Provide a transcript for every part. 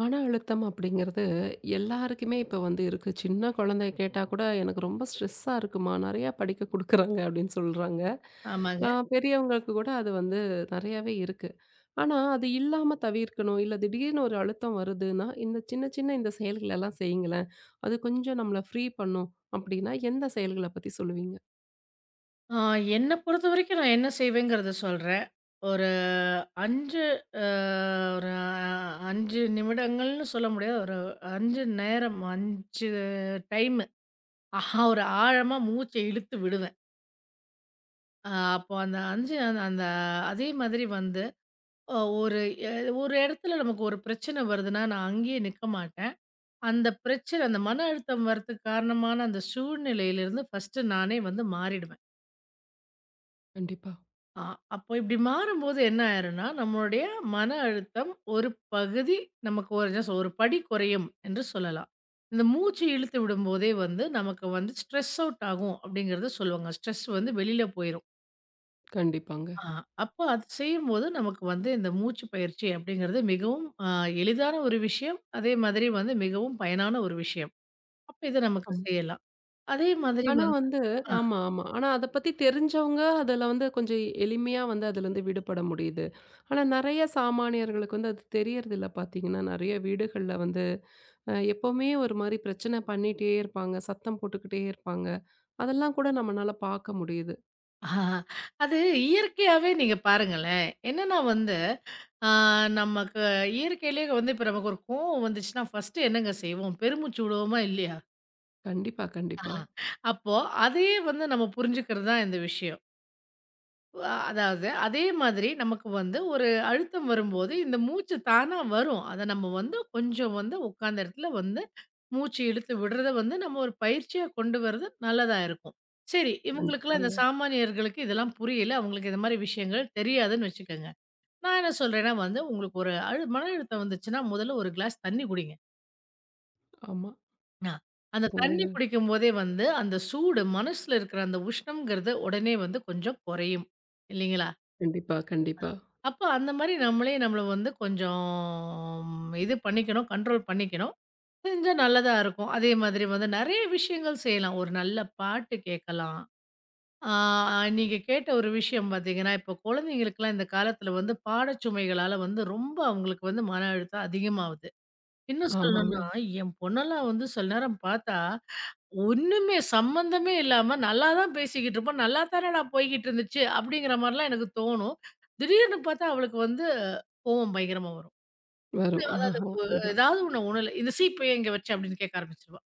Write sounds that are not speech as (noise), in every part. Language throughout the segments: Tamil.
மன அழுத்தம் அப்படிங்கிறது எல்லாருக்குமே இப்போ வந்து இருக்கு. சின்ன குழந்தைய கேட்டா கூட எனக்கு ரொம்ப ஸ்ட்ரெஸ்ஸா இருக்குமா, நிறையா படிக்க குடுக்குறாங்க அப்படின்னு சொல்றாங்க. ஆமாங்க. பெரியவங்களுக்கு கூட அது வந்து நிறையாவே இருக்கு. ஆனா அது இல்லாம தவிர்க்கணும். இல்ல திடீர்னு ஒரு அழுத்தம் வருதுன்னா, இந்த சின்ன சின்ன செயல்களெல்லாம் செய்யுங்களேன். அது கொஞ்சம் நம்மள ஃப்ரீ பண்ணும். அப்படின்னா, எந்த செயல்கள பத்தி சொல்லுவீங்க? ஆ என்ன பொறுத்தவரைக்கும் நான் என்ன செய்வேங்கிறத சொல்றேன். ஒரு 5 அ ஒரு 5 நிமிடங்கள்னு சொல்ல முடியாது. ஒரு 5 நேரம் 5 டைமு. ஆஹா! ஒரு ஆழமா மூச்ச இழுத்து விடுவேன். அ அப்போ அந்த 5 அந்த அந்த அதே மாதிரி வந்து அ ஒரு எ ஒரு இடத்துல நமக்கு ஒரு பிரச்சனை வருதுன்னா, நான் அங்கேயே நிக்க மாட்டேன். அந்த பிரச்சனை அந்த மன அழுத்தம் வரதுக்கு காரணமான அந்த சூழ்நிலையிலிருந்து ஃபர்ஸ்ட்டு நானே வந்து மாறிடுவேன். கண்டிப்பா. ஆ, அப்போ இப்படி மாறும்போது என்ன ஆயிரும்னா, நம்மளுடைய மன அழுத்தம் ஒரு பகுதி நமக்கு ஒரு படி குறையும் என்று சொல்லலாம். இந்த மூச்சு இழுத்து விடும்போதே வந்து நமக்கு வந்து ஸ்ட்ரெஸ் அவுட் ஆகும் அப்படிங்கிறத சொல்லுவாங்க. ஸ்ட்ரெஸ் வந்து வெளியில போயிரும். கண்டிப்பாங்க. ஆ அப்போ அது செய்யும்போது நமக்கு வந்து இந்த மூச்சு பயிற்சி அப்படிங்கிறது மிகவும் எளிதான ஒரு விஷயம். அதே மாதிரி வந்து மிகவும் பயனான ஒரு விஷயம். அப்ப இத நமக்கு செய்யலாம். அதே மாதிரி ஆனா வந்து. வந்து ஆமா, ஆமா. ஆனா அத பத்தி தெரிஞ்சவங்க அதுல வந்து கொஞ்சம் எளிமையா வந்து அதுலருந்து விடுபட முடியுது. ஆனா நெறைய சாமானியர்களுக்கு வந்து அது தெரியறதில்ல பார்த்தீங்கன்னா, நெறைய வீடுகள்ல வந்து எப்பவுமே ஒரு மாரி பிரச்சனை பண்ணிட்டே இருப்பாங்க. சத்தம் போட்டுக்கிட்டே இருப்பாங்க. அதெல்லாம் கூட நம்மனால பார்க்க முடியுது. ஆ, அது இயற்கையாவே நீங்க பாருங்களேன். என்னன்னா வந்து, ஆ நமக்கு இயற்கையிலேயே வந்து இப்ப நமக்கு ஒரு கோவம் வந்துச்சுன்னா, ஃபர்ஸ்ட்டு என்னங்க செய்வோம்? பெருமூச்சு விடுவோமா? இல்லையா? கண்டிப்பா, ஆ. கண்டிப்பா. அப்போ அதையே வந்து நம்ம புரிஞ்சுக்கிறது தான் இந்த விஷயம். அதாவது அதே மாதிரி நமக்கு வந்து ஒரு அழுத்தம் வரும்போது, இந்த மூச்சு தானா வரும். அத நம்ம வந்து கொஞ்சம் வந்து உட்காந்த இடத்துல வந்து மூச்சு இழுத்து விடுறத வந்து நம்ம ஒரு பயிற்சியா கொண்டு வரது நல்லதா இருக்கும். சரி, ம். இவங்களுக்கெல்லாம் கண்டிப்பாங்க. இந்த சாமானியர்களுக்கு இதெல்லாம் புரியல. அவங்களுக்கு இந்த மாரி விஷயங்கள் தெரியாதுன்னு வச்சுக்கங்க. நான் என்ன சொல்றேன்னா வந்து, உங்களுக்கு ஒரு அழு மன அழுத்தம் வந்துச்சுன்னா, முதல்ல ஒரு கிளாஸ் தண்ணி குடிங்க. ஆமா. அ அந்த தண்ணி ம். குடிக்கும்போதே வந்து அந்த சூடு மனசுல இருக்கிற அந்த உஷ்ணம்ங்கிறது உடனே வந்து கொஞ்சம் குறையும். இல்லைங்களா? கண்டிப்பா, கண்டிப்பா. அப்போ அந்த மாரி நம்மளே நம்மள வந்து கொஞ்சம் இது பண்ணிக்கணும், கண்ட்ரோல் பண்ணிக்கணும். செஞ்சா நல்லதா இருக்கும். அதே மாதிரி வந்து நெறைய விஷயங்கள் செய்யலாம். ஒரு நல்ல பாட்டு கேட்கலாம். ஆ நீங்க கேட்ட ஒரு விஷயம் பார்த்தீங்கன்னா, இப்போ குழந்தைங்களுக்கெல்லாம் இந்த காலத்தில வந்து பாடச்சுமைகளால வந்து ரொம்ப அவங்களுக்கு வந்து மன அழுத்தம் அதிகமாவுது. இன்னும் ஆமாங்க. சொல்லணும்னா, என் பொண்ணெல்லாம் வந்து சில நேரம் பார்த்தா ஒண்ணுமே சம்மந்தமே இல்லாம, நல்லா தான் பேசிக்கிட்டு இருப்போம். நல்லா தானடா போய்க்கிட்டு இருந்துச்சு, அப்படிங்கிற மாரிலாம் எனக்கு தோணும். திடீர்னு பார்த்தா, அவளுக்கு வந்து கோவம் பயங்கரமா வரும். வரும். ஆஹா. அது அதுதான். ஏதாவது ஒண்ணு உணல இந்த சீப்பைய இங்க வச்சேன் அப்படின்னு கேட்க ஆரம்பிச்சுருவா.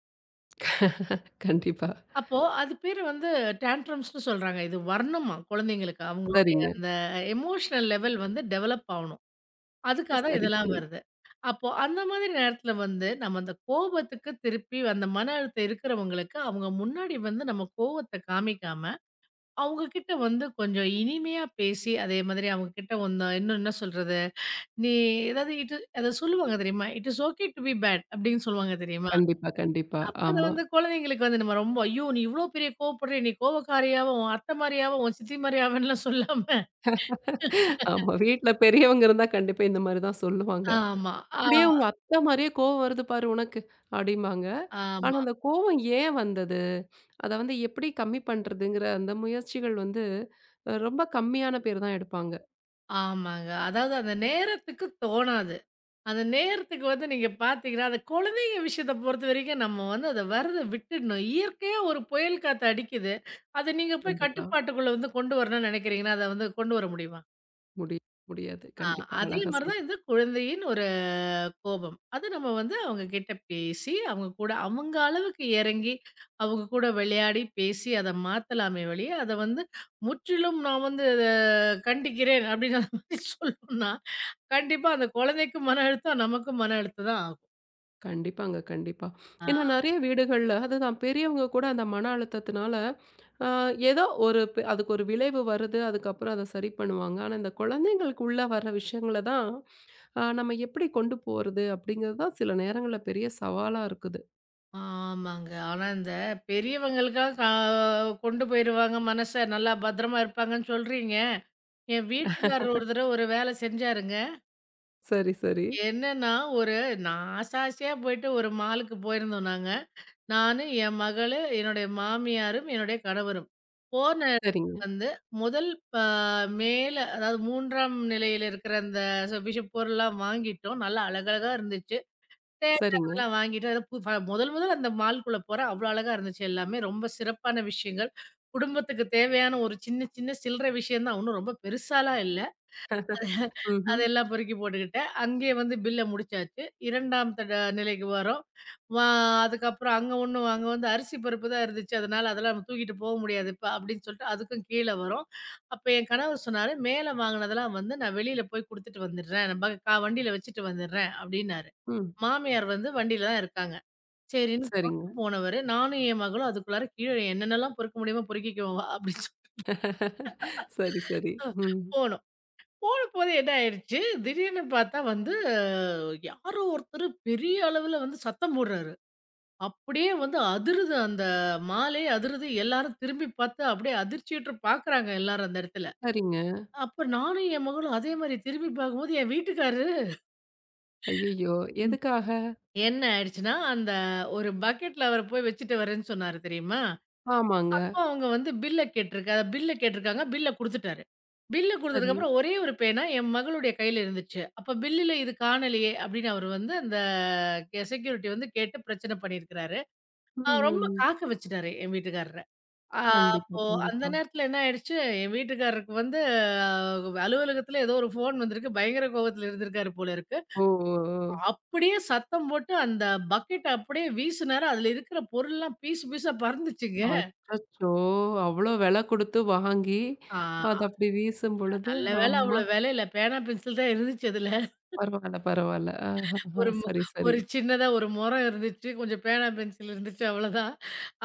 கண்டிப்பா. அப்போ அது பேரு வந்து டான்ட்ரம்ஸ்ன்னு சொல்றாங்க. இது வர்ணமா குழந்தைங்களுக்கு. அவங்களுடைய சரிங்க. அந்த எமோஷனல் லெவல் வந்து டெவலப் ஆவணும். அதுக்காக தான் சரி, இதெல்லாம் சரி. வருது. அப்போ அந்த மாதிரி நேரத்துல வந்து, நம்ம அந்த கோபத்துக்கு திருப்பி அந்த மன அழுத்தம் இருக்கிறவங்களுக்கு, அவங்க முன்னாடி வந்து நம்ம கோவத்த காமிக்காம அவங்க கிட்ட வந்து கொஞ்சம் இனிமையா பேசி, அதே மாதிரி அவங்க கிட்ட வந்து இன்னும் என்ன சொல்றது? "நீ ஏதாவது அத சொல்லுவாங்க தெரியுமா? It is okay to be bad" அப்படின்னு சொல்லுவாங்க தெரியுமா? கண்டிப்பா, கண்டிப்பா. அப்ப அத ஆமா. வந்து குழந்தைங்களுக்கு வந்து நம்ம ரொம்ப, "ஐயோ! நீ இவ்ளோ பெரிய கோவப்படுறியே! நீ கோவக்காரியாவா, உன் அத்தை மாரியாவா, உன் சித்தி மாரியாவான்னுலாம்" சொல்லாம. ஆமா. வீட்ல பெரியவங்க இருந்தா கண்டிப்பா இந்த மாரி தான் சொல்லுவாங்க. ஆமா. ஆ "அப்படியே உங்க அத்தை மாரியே கோவம் வருது பாரு உனக்கு." அப்படிம்பாங்க. ஆனா ஆமா. அந்த கோவம் ஏன் வந்தது? அத வந்து எப்படி கம்மி பண்றதுங்கிற அந்த முயற்சிகள் வந்து ரொம்ப கம்மியான பேர் தான் எடுப்பாங்க. ஆமாங்க. அதாவது அந்த நேரத்துக்கு தோணாது. அந்த நேரத்துக்கு வந்து நீங்க பார்த்தீங்கன்னா, அந்த குழந்தைங்க விஷயத்த பொறுத்தவரைக்கும் நம்ம வந்து அத வர்றத விட்டுடணும். இயற்கையா ஒரு புயல் காத்து அடிக்குது. அத நீங்க போய் கண்டிப்பா. கட்டுப்பாட்டுக்குள்ள வந்து கொண்டு வரணும்னு நினைக்கிறீங்கன்னா, அத வந்து கொண்டு வர முடியுமா? முடிய முடியாது. ஆ. கண்டிப்பா. அதே அழகா மாரி சொல் தான் இந்த குழந்தையின் ஒரு கோபம். அது நம்ம வந்து அவங்க கிட்ட பேசி, அவங்க கூட அவங்க அளவுக்கு இறங்கி, அவங்க கூட விளையாடி, பேசி அத மாத்தலாமே ஒழிய, அத வந்து முற்றிலும் நான் வந்து அத கண்டிக்கிறேன் அப்படிங்கிற மாரி (laughs) சொல்லணும்னா, கண்டிப்பா அந்த குழந்தைக்கும் மன அழுத்தம், நமக்கும் மன அழுத்தம் தான் ஆகும். கண்டிப்பாங்க, கண்டிப்பா. ஆ, ஏன்னா நெறைய வீடுகள்ல அதுதான் பெரியவங்க கூட அந்த மன அழுத்தத்தினால, அ ஏதோ ஒரு அதுக்கு ஒரு விளைவு வருது. அதுக்கப்புறம் அத சரி பண்ணுவாங்க. ஆனா இந்த குழந்தைங்களுக்கு உள்ள வர விஷயங்கள தான் ஆ நம்ம எப்படி கொண்டு போறது? அப்படிங்கிறது தான் சில நேரங்கள்ல பெரிய சவாலா இருக்குது. ஆமாங்க. ஆனா, இந்த பெரியவங்களுக்கெல்லாம் கொண்டு போயிருவாங்க மனச. நல்லா பத்திரமா இருப்பாங்கன்னு சொல்றீங்க. என் வீட்டுக்காரர் ஒரு தடவ ஒரு வேல செஞ்சாருங்க. சரி, சரி. என்னன்னா, ஒரு நான் ஆசாசையா போயிட்டு ஒரு மாலுக்கு போயிருந்தோம் நாங்க. நானு, என் மகளு, என்னுடைய மாமியாரும், என்னுடைய கணவரும். போன இடத்துல சரிங்க, வந்து முதல் ப மேல அதாவது 3ஆம் நிலையில இருக்கிற அந்த ச விஷ பொருள்லாம் வாங்கிட்டோம். நல்லா அழகழகா இருந்துச்சு. தேவையான சரிங்க. அதெல்லாம் வாங்கிட்டு அது பு ஃப முதல் முதல்ல அந்த மால்க்குள்ள போறேன். அவ்ளோ அழகா இருந்துச்சு எல்லாமே. ரொம்ப சிறப்பான விஷயங்கள். குடும்பத்துக்கு தேவையான ஒரு சின்ன சின்ன சில்லற விஷயம் தான். ஒண்ணும் ரொம்ப பெருசாலாம் இல்ல. ம்ஹ்ம். அதெல்லாம் பொறுக்கி போட்டுக்கிட்டேன். அங்கேயே வந்து பில்ல முடிச்சாச்சு. 2ஆம் தட நிலைக்கு வரோம். வா அதுக்கப்புறம் அங்க ஒண்ணும் அங்க வந்து அரிசி பருப்பு தான் இருந்துச்சு. அதனால அதெல்லாம் நம்ம தூக்கிட்டு போ முடியாது இப்ப அப்படின்னு சொல்லிட்டு அதுக்கும் கீழ வரோம். அப்ப என் கணவர் சொன்னாரு, "மேல வாங்கினதெல்லாம் வந்து நான் வெளியில போய் குடுத்துட்டு வந்துடுறேன். நான் ப கா வண்டியில வச்சுட்டு வந்துடுறேன்" அப்படின்னாரு. ம். மாமியார் வந்து வண்டியில தான் இருக்காங்க. சரின்னு சரிங்க. கொண்டு போனவரு, நானும் என் மகளும் அதுக்குள்ளார கீழ என்னென்னலாம் பொறுக்க முடியுமோ பொறுக்கிக்குவோம் வா அப்படின்னு சொல்லி (laughs) சரி, சரி. ம். போனோம். போனபோது என்ன ஆயிடுச்சு, திடீர்னு பார்த்தா வந்து யாரோ ஒருத்தரு பெரிய அளவுல வந்து சத்தம் போடுறாரு. அப்படியே வந்து அதிருது அந்த மாலே அதிருது. எல்லாரும் திரும்பி பார்த்து அப்படியே அதிர்ச்சியுற்று பார்க்குறாங்க எல்லாரும் அந்த இடத்துல. சரிங்க. அப்ப நானும் என் மகளும் அதே மாரி திரும்பி பார்க்கும்போது என் வீட்டுக்காரரு ஐயய்யோ! எதுக்காக? என்ன ஆயிடுச்சுன்னா, அந்த ஒரு பக்கெட்ல அவரு போய் வச்சுட்டு வரேன்னு சொன்னாரு தெரியுமா? ஆமாங்க. அவங்க வந்து பில்ல கேட்டிருக்காங்க. பில்ல குடுத்துட்டாரு. பில்ல சரி. குடுத்ததுக்கப்புறம் ஒரே ஒரு பேனா என் மகளுடைய கையில இருந்துச்சு. அப்ப பில்லுல இது காணலையே அப்படின்னு அவரு வந்து அந்த செக்யூரிட்டி வந்து கேட்டு பிரச்சனை பண்ணியிருக்கிறாரு. ம், ரொம்ப ம். காக்க வச்சுட்டாரு என் வீட்டுக்காரர. அ கண்டிப்பா, அப்போ அந்த கண்டிப்பா. நேரத்துல என்ன ஆயிடுச்சு, என் வீட்டுக்காரருக்கு வந்து அலுவலகத்துல ஏதோ ஒரு ஃபோன் வந்திருக்கு. பயங்கர கோவத்துல இருந்திருக்காரு போல இருக்கு. ஓ, ஓ, ஓ! அப்படியே சத்தம் போட்டு அந்த பக்கெட்ட அப்படியே வீசுனாரு. அதுல இருக்கிற பொருள்லாம் பீஸ் பீஸா பறந்துச்சுங்க. அச்சச்சோ! அவ்ளோ விலை குடுத்து வாங்கி, ஆ. அது அப்படி வீசும் பொழுது, நல்ல வேளை அம்மா! அவ்ளோ வேலை இல்ல. பேனா, பென்சில் தான் இருந்துச்சு அதுல. பரவால்ல, பரவால்ல. ஆஹஹா! ஒரு மு சரி, சரி. ஒரு சின்னதா ஒரு முறம் இருந்துச்சு. கொஞ்சம் பேனா, பென்சில் இருந்துச்சு அவ்வளோதான்.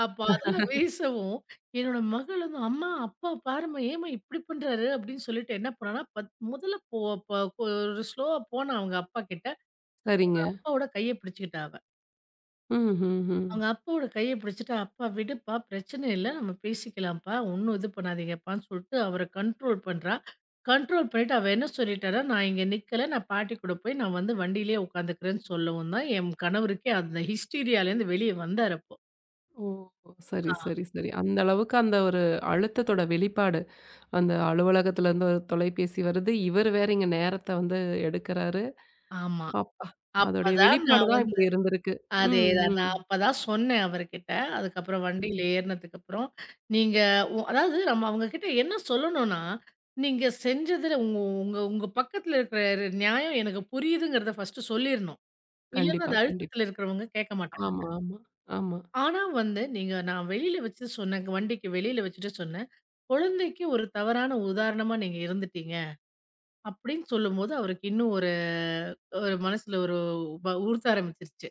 அப்ப அதெல்லாம் வீசவும், என்னோட மகள் வந்து, "அம்மா, அப்பா பாரும்மா, ஏம்மா இப்படி பண்றாரு?" அப்படின்னு சொல்லிட்டு என்ன பண்ணான்னா, பத் முதல்ல போ ப ஒரு ஸ்லோவா போனா அவங்க அப்பா கிட்ட, சரிங்க. அப்பாவோட கைய பிடிச்சுக்கிட்டா அவ. ம், ம், ம். அவங்க அப்பாவோட கைய பிடிச்சுட்டு, "அப்பா விடுப்பா, பிரச்சனை இல்ல. நம்ம பேசிக்கலாம்ப்பா. ஒண்ணும் இது பண்ணாதீங்கப்பான்னு" சொல்ட்டு அவர கண்ட்ரோல் பண்றா. கண்ட்ரோல் பண்ணிட்டு அவ என்ன சொல்லிட்டான்னா, "நான் இங்க நிக்கல. நான் பாட்டி கூட போய் நான் வந்து வண்டியிலேயே உட்காந்துக்கிறேன்னு" சொல்லவும் தான் என் கணவருக்கே அந்த ஹிஸ்டீரியாலேருந்து வெளிய வந்தாரு அப்போ. ஓ! சரி, ஆ. சரி, சரி. அந்த அளவுக்கு அந்த ஒரு அழுத்தத்தோட வெளிப்பாடு. அந்த அலுவலகத்திலருந்து ஒரு தொலைபேசி வருது. இவரு வேற இங்க நேரத்த வந்து எடுக்குறாரு. ஆமா. அப்பா! அதோடைய அப்பதான் வெளிப்பாடு நான் தான் இப்படி வந்து. இருந்திருக்கு. ம், அதேதான். ம், நான் அப்பதான் சொன்னேன் அவருகிட்ட. அதுக்கப்புறம் வண்டியில ம். ஏறுனதுக்கப்புறம், நீங்க அதாவது நம்ம அவங்ககிட்ட என்ன சொல்லணும்னா, நீங்க செஞ்சதுல உங்க உங்க உங்க பக்கத்துல இருக்கிற நியாயம் எனக்கு புரியுதுங்கிறத ஃபர்ஸ்ட்டு சொல்லிரணும். இல்லன்னா கண்டிப்பா, அந்த கண்டிப்பா. அழுத்தத்துல இருக்கிறவங்க கேட்க மாட்டாங்க. ஆமா, ஆமா, ஆமா. ஆனா வந்து நீங்க நான் வெளியில வச்சு சொன்னேன். வண்டிக்கு வெளியில வச்சுட்டு சொன்னேன். "குழந்தைக்கு ஒரு தவறான உதாரணமா நீங்க இருந்துட்டீங்க." அப்படின்னு சொல்லும்போது அவருக்கு இன்னும் ஒரு ஒரு மனசுல ஒரு உறுத்த ஆரம்பிச்சுருச்சு.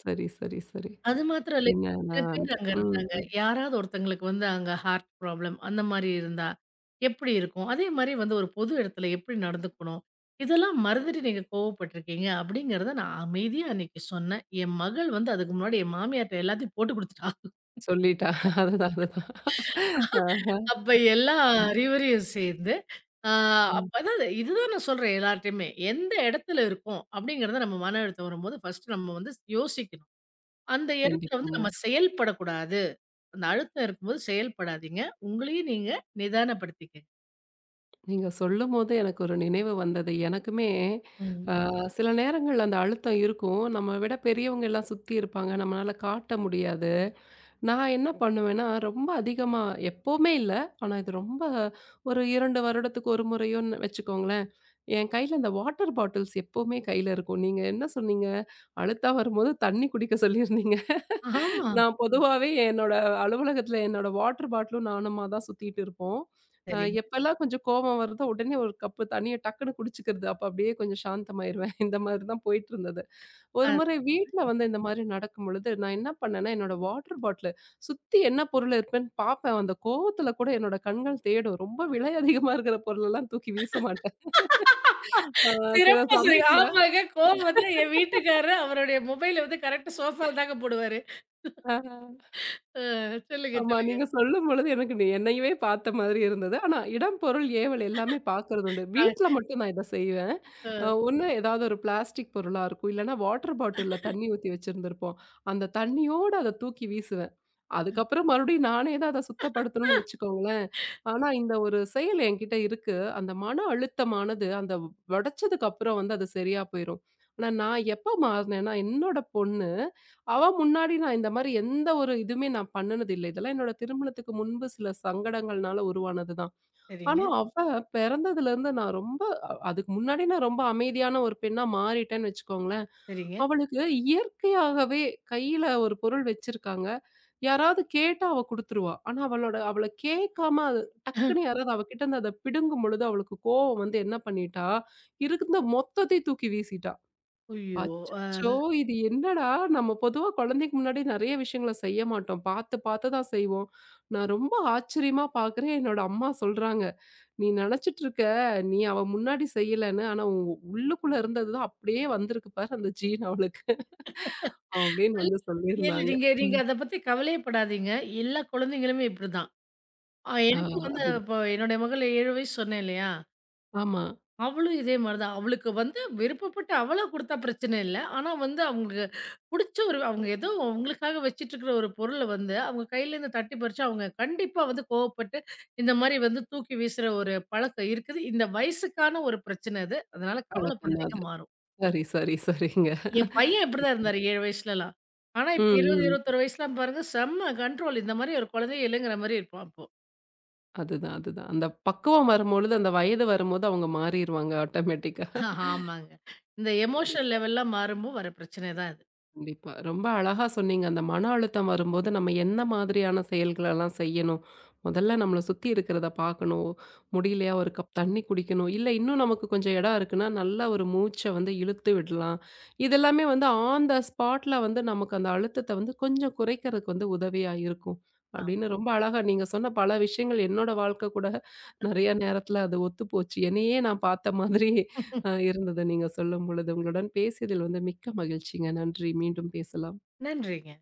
சரி, சரி, சரி. அது மாத்திரம் இல்ல. சில பேர் என்னடான்ட்டு. அங்க ம், இருந்தாங்க. ம். யாராவது ஒருத்தங்களுக்கு வந்து அங்க ஹார்ட் ப்ராப்ளம் அந்த மாரி இருந்தா, எப்படி இருக்கும்? அதே மாரி வந்து ஒரு பொது இடத்துல எப்படி நடந்துக்கணும்? இதெல்லாம் மறந்துட்டு நீங்க கோவப்பட்டுருக்கீங்க அப்படிங்கிறத நான் அமைதியா அன்னைக்கு சொன்னேன். என் மகள் வந்து அதுக்கு முன்னாடி என் மாமியார்ட்ட எல்லாத்தையும் போட்டு குடுத்துட்டா. சொல்லிட்டா. (laughs) அதுதான், அதுதான். ஆஹா. அப்ப எல்லா ம், அறிவுரையும் சேர்ந்து, ஆ ம். அப்ப அதாவது இதுதான் நான் சொல்றேன் எல்லார்ட்டயுமே. எந்த இடத்துல இருக்கோம் அப்படிங்கிறத நம்ம மன அழுத்தம் வரும்போது ஃபர்ஸ்ட்டு நம்ம வந்து யோசிக்கணும். அந்த இடத்துல வந்து கண்டிப்பாங்க. நம்ம செயல்படக்கூடாது. அந்த அழுத்தம் இருக்கும்போது செயல்படாதீங்க. உங்களையும் நீங்க நிதானப்படுத்திக்கங்க. நீங்க சொல்லும்போது எனக்கு ஒரு நினைவு வந்தது. எனக்குமே ம். அ சில நேரங்கள்ல அந்த அழுத்தம் இருக்கும். நம்மை விட பெரியவங்க எல்லாம் சுத்தி இருப்பாங்க. நம்மளால காட்ட முடியாது. நான் என்ன பண்ணுவேன்னா, ரொம்ப அதிகமா எப்பவுமே இல்ல. ஆனா இது ரொம்ப ஒரு 2 வருடத்துக்கு ஒரு முறையோன்னு வச்சுக்கோங்களேன். என் கையில இந்த வாட்டர் பாட்டில்ஸ் எப்பவுமே கையில இருக்கும். நீங்க என்ன சொன்னீங்க? அழுத்தம் வரும்போது தண்ணி குடிக்க சொல்லியிருந்தீங்க. ஆமா. நான் பொதுவாவே என்னோட அலுவலகத்துல என்னோட வாட்டர் பாட்டிலும் நானுமா தான் சுத்திட்டு இருப்போம். சரிங்க. எப்பலாம் கொஞ்சம் கோவம் வருதோ, உடனே ஒரு கப்பு தண்ணீய டக்குன்னு குடிச்சுக்கிறது. அப்ப அப்படியே கொஞ்சம் சாந்தமாயிருவேன். இந்த மாதிரி தான் போயிட்டு இருந்தது. ஒரு அ. முறை வீட்ல வந்து இந்த மாரி நடக்கும்பொழுது, நான் என்ன பண்ணேன்னா, என்னோட வாட்டர் பாட்டில சுத்தி என்ன பொருள் இருக்குன்னு பார்ப்பேன். அந்த கோவத்துல கூட என்னோட கண்கள் தேடும். ரொம்ப விலை அதிகமா இருக்கிற பொருளெல்லாம் தூக்கி வீச மாட்டேன். அ சில சிறப்பா சொன்னீங்க. சமயத்துல ஆமாங்க. கோவம் வந்து என் (laughs) வீட்டுக்காரரு அவருடைய மொபைல வந்து கரெக்ட்டா சோஃபால தாங்க போடுவாரு. ஆ. அ சொல்லுங்க, ஆமா. சொல்லுங்க. நீங்க சொல்லும்பொழுது எனக்கு நீ என்னையவே பார்த்த மாதிரி இருந்தது. ஆனா இடம், பொருள், ஏவல் எல்லாமே பார்க்கறது உண்டு. அ, வீட்ல மட்டும் நான் இத செய்வேன். அ. ஒண்ணு ஏதாவது ஒரு பிளாஸ்டிக் பொருளா இருக்கும். இல்லன்னா வாட்டர் பாட்டில்ல தண்ணி ஊத்தி வச்சிருந்திருப்போம். அந்த தண்ணியோட அத தூக்கி வீசுவேன். அதுக்கப்புறம் மறுபடியும் நானே தான் அத சுத்தப்படுத்தணும்னு வச்சுக்கோங்களேன். ஆனா இந்த ஒரு செயல் என்கிட்ட இருக்கு. அந்த மன அழுத்தமானது அந்த உடைச்சதுக்கு அப்புறம் வந்து அது சரியா போயிரும். ஆனா நான் எப்ப மாறுனேன்னா, என்னோட பொண்ணு அவ முன்னாடி நான் இந்த மாரி எந்த ஒரு இதுவுமே நான் பண்ணுனது இல்ல. இதெல்லாம் என்னோட திருமணத்துக்கு முன்பு சில சங்கடங்கள்னால உருவானதுதான். சரிங்க, ஆனா அவ பிறந்ததுலருந்து நான் ரொம்ப அதுக்கு முன்னாடி நான் ரொம்ப அமைதியான ஒரு பெண்ணா மாறிட்டேன்னு வச்சுக்கோங்களேன். சரிங்க. அவளுக்கு இயற்கையாகவே கையில ஒரு பொருள் வச்சிருக்காங்க. யாராவது கேட்டா அவ குடுத்துருவா. ஆனா அவளோட அவள கேட்காம அது டக்குன்னு யாராவது அவ கிட்ட இருந்து அத பிடுங்கும் பொழுது அவளுக்கு கோவம் வந்து என்ன பண்ணிட்டா, இருந்த மொத்தத்தையும் தூக்கி வீசிட்டா. ஐயோ! அச்சச்சோ! அ இது என்னடா? நம்ம பொதுவா குழந்தைக்கு முன்னாடி நெறைய விஷயங்கள செய்ய மாட்டோம். பார்த்து, பார்த்து தான் செய்வோம். நான் ரொம்ப ஆச்சரியமா பார்க்குறேன். என்னோட அம்மா சொல்றாங்க, "நீ நெனச்சிட்டு இருக்க, நீ அவ முன்னாடி செய்யலன்னு. ஆனா, உன் உள்ளுக்குள்ள இருந்தது தான் அப்படியே வந்திருக்கு பாரு அந்த ஜீன் அவளுக்கு." அப்படின்னு வந்து இல்ல, சொல்லியிருந்தாங்க. நீங்க நீங்க ம். அத பத்தி கவலையேப்படாதீங்க. எல்லா குழந்தைங்களுமே இப்படிதான். ஆ எனக்கும் வந்து அது இப்போ என்னுடைய மகள் 7 வயசு சொன்னேன் இல்லையா? ஆமா. அவளும் இதே மாரி தான். அவளுக்கு வந்து விருப்பப்பட்டு அவளா குடுத்தா பிரச்சன இல்ல. ஆனா வந்து அவங்களுக்கு புடிச்ச ஒரு அவங்க ஏதோ அவங்களுக்காக வச்சுட்டுருக்கிற ஒரு பொருள வந்து, அவங்க கையிலேருந்து தட்டி பறிச்சா, அவங்க கண்டிப்பா வந்து கோவப்பட்டு, இந்த மாரி வந்து தூக்கி வீசுற ஒரு பழக்கம் இருக்குது. இந்த வயசுக்கான ஒரு பிரச்சன இது. அதனால பழக்கம் தான் கவலைப்படாதீங்க அது. மாறும். சரி, சரி, சரிங்க. என் பையன் இப்படிதான் இருந்தாரு 7 வயசுலலாம். ஆனா இப்ப ம், 20, ம். 21 வயசுலாம் பாருங்க செம்ம கண்ட்ரோல். இந்த மாரி ஒரு குழந்தையே இல்லைங்கிற மாரி இருப்பான் அப்போ. அதுதான், அதுதான். அந்த பக்குவம் வரும்பொழுது, அந்த வயது வரும்போது அவங்க மாறிருவாங்க ஆட்டோமேட்டிக்கா. ஆமாங்க. இந்த எமோஷனல் லெவல்லாம் மாறும்போ வர பிரச்சனை தான் இது. கண்டிப்பா. ரொம்ப அழகா சொன்னீங்க. அந்த மன அழுத்தம் வரும்போது நம்ம என்ன மாதிரியான செயல்களெல்லாம் செய்யணும்? முதல்ல நம்மள சுத்தி இருக்கிறத பார்க்கணும். முடியலையா ஒரு கப் தண்ணி குடிக்கணும். இல்ல இன்னும் நமக்கு கொஞ்சம் இடம் இருக்குன்னா, நல்லா ஒரு மூச்ச வந்து இழுத்து விடலாம். இதெல்லாமே வந்து ஆன் த ஸ்பாட்ல வந்து நமக்கு அந்த அழுத்தத்த வந்து கொஞ்சம் குறைக்கிறதுக்கு வந்து உதவியா இருக்கும். ஆ. அப்படின்னு ரொம்ப அழகா நீங்க சொன்ன பல விஷயங்கள் என்னோட வாழ்க்கை கூட நெறைய நேரத்துல அது ஒத்துப்போச்சு. என்னையே நான் பார்த்த மாதிரி இருந்தது நீங்க சொல்லும்பொழுது. உங்களுடன் பேசியதில் வந்து மிக்க மகிழ்ச்சிங்க. நன்றி. மீண்டும் பேசலாம். நன்றிங்க.